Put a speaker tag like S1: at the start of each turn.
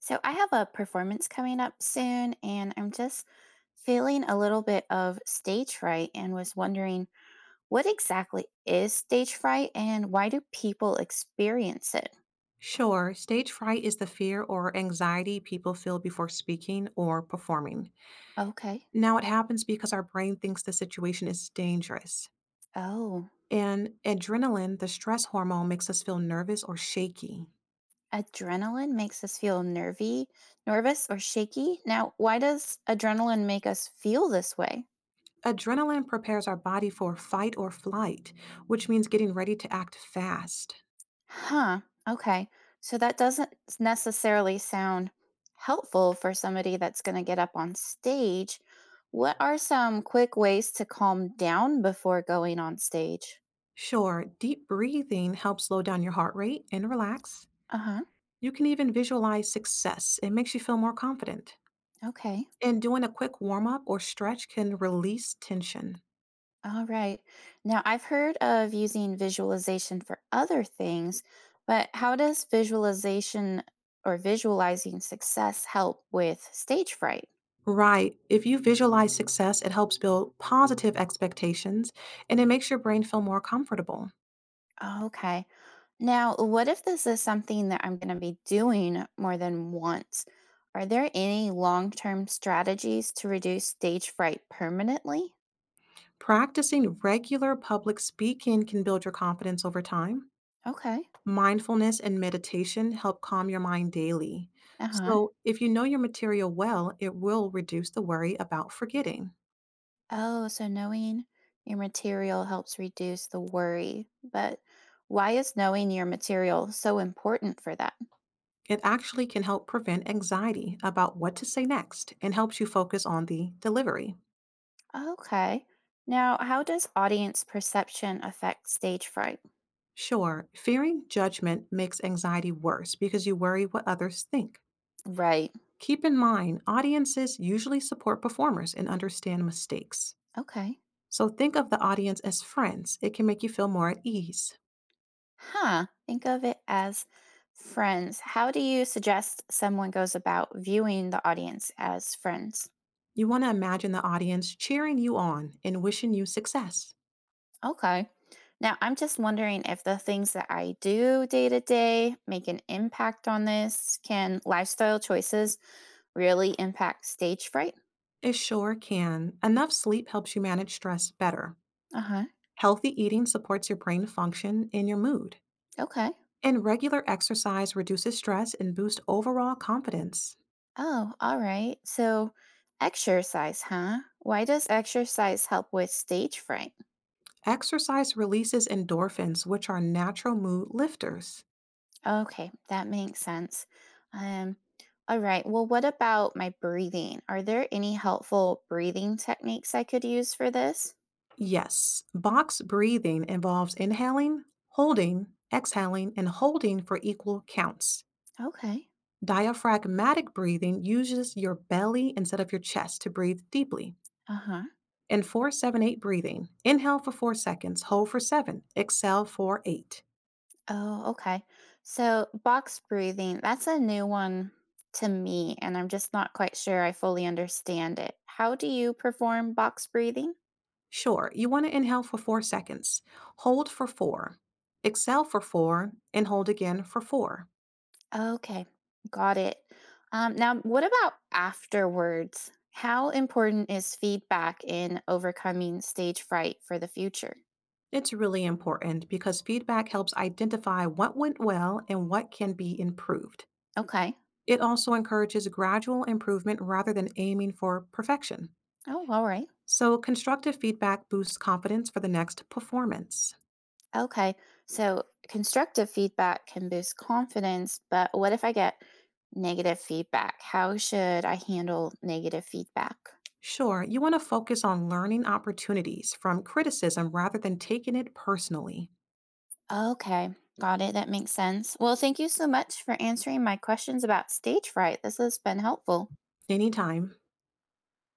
S1: So I have a performance coming up soon, and I'm just feeling a little bit of stage fright and was wondering what exactly is stage fright and why do people experience it?
S2: Sure. Stage fright is the fear or anxiety people feel before speaking or performing.
S1: Okay.
S2: Now, it happens because our brain thinks the situation is dangerous.
S1: Oh,
S2: And adrenaline, the stress hormone, makes us feel nervous or shaky.
S1: adrenaline makes us feel nervy, nervous, or shaky. Now, why does adrenaline make us feel this way?
S2: Adrenaline prepares our body for fight or flight, which means getting ready to act fast.
S1: Huh. Okay. So that doesn't necessarily sound helpful for somebody that's going to get up on stage. What are some quick ways to calm down before going on stage?
S2: Sure, deep breathing helps slow down your heart rate and relax.
S1: Uh huh.
S2: You can even visualize success. It makes you feel more confident.
S1: Okay.
S2: And doing a quick warm up or stretch can release tension.
S1: All right. Now, I've heard of using visualization for other things, but how does visualization or visualizing success help with stage fright?
S2: Right. If you visualize success, it helps build positive expectations and it makes your brain feel more comfortable.
S1: Okay. Now, what if this is something that I'm going to be doing more than once? Are there any long term strategies to reduce stage fright permanently?
S2: Practicing regular public speaking can build your confidence over time.
S1: Okay.
S2: Mindfulness and meditation help calm your mind daily.
S1: Uh huh.
S2: So, if you know your material well, it will reduce the worry about forgetting.
S1: Oh, so knowing your material helps reduce the worry. But why is knowing your material so important for that?
S2: It actually can help prevent anxiety about what to say next and helps you focus on the delivery.
S1: Okay. Now, how does audience perception affect stage fright?
S2: Sure, fearing judgment makes anxiety worse because you worry what others think.
S1: Right.
S2: Keep in mind, audiences usually support performers and understand mistakes.
S1: Okay.
S2: So think of the audience as friends. It can make you feel more at ease.
S1: Huh. Think of it as friends. How do you suggest someone goes about viewing the audience as friends?
S2: You want to imagine the audience cheering you on and wishing you success.
S1: Okay. Now, I'm just wondering if the things that I do day to day make an impact on this. Can lifestyle choices really impact stage fright?
S2: It sure can. Enough sleep helps you manage stress better.
S1: Uh huh.
S2: Healthy eating supports your brain function and your mood.
S1: Okay.
S2: And regular exercise reduces stress and boosts overall confidence.
S1: Oh, all right. So, exercise, huh? Why does exercise help with stage fright?
S2: Exercise releases endorphins, which are natural mood lifters.
S1: Okay, that makes sense. Um, all right. Well, what about my breathing? Are there any helpful breathing techniques I could use for this?
S2: Yes, box breathing involves inhaling, holding, exhaling, and holding for equal counts.
S1: Okay.
S2: Diaphragmatic breathing uses your belly instead of your chest to breathe deeply.
S1: Uh huh.
S2: In 478 breathing, inhale for 4 seconds, hold for 7, exhale for 8.
S1: Oh, okay. So, box breathing, that's a new one to me, and I'm just not quite sure I fully understand it. How do you perform box breathing?
S2: Sure, you want to inhale for 4 seconds, hold for 4, exhale for 4, and hold again for 4.
S1: Okay, got it. Now, what about afterwards? How important is feedback in overcoming stage fright for the future?
S2: It's really important because feedback helps identify what went well and what can be improved.
S1: Okay.
S2: It also encourages gradual improvement rather than aiming for perfection.
S1: Oh, all right.
S2: So, constructive feedback boosts confidence for the next performance.
S1: Okay. So constructive feedback can boost confidence, but what if I get negative feedback? How should I handle negative feedback?
S2: Sure, you want to focus on learning opportunities from criticism rather than taking it personally.
S1: Okay. Got it. That makes sense. Well, thank you so much for answering my questions about stage fright. This has been helpful.
S2: Anytime.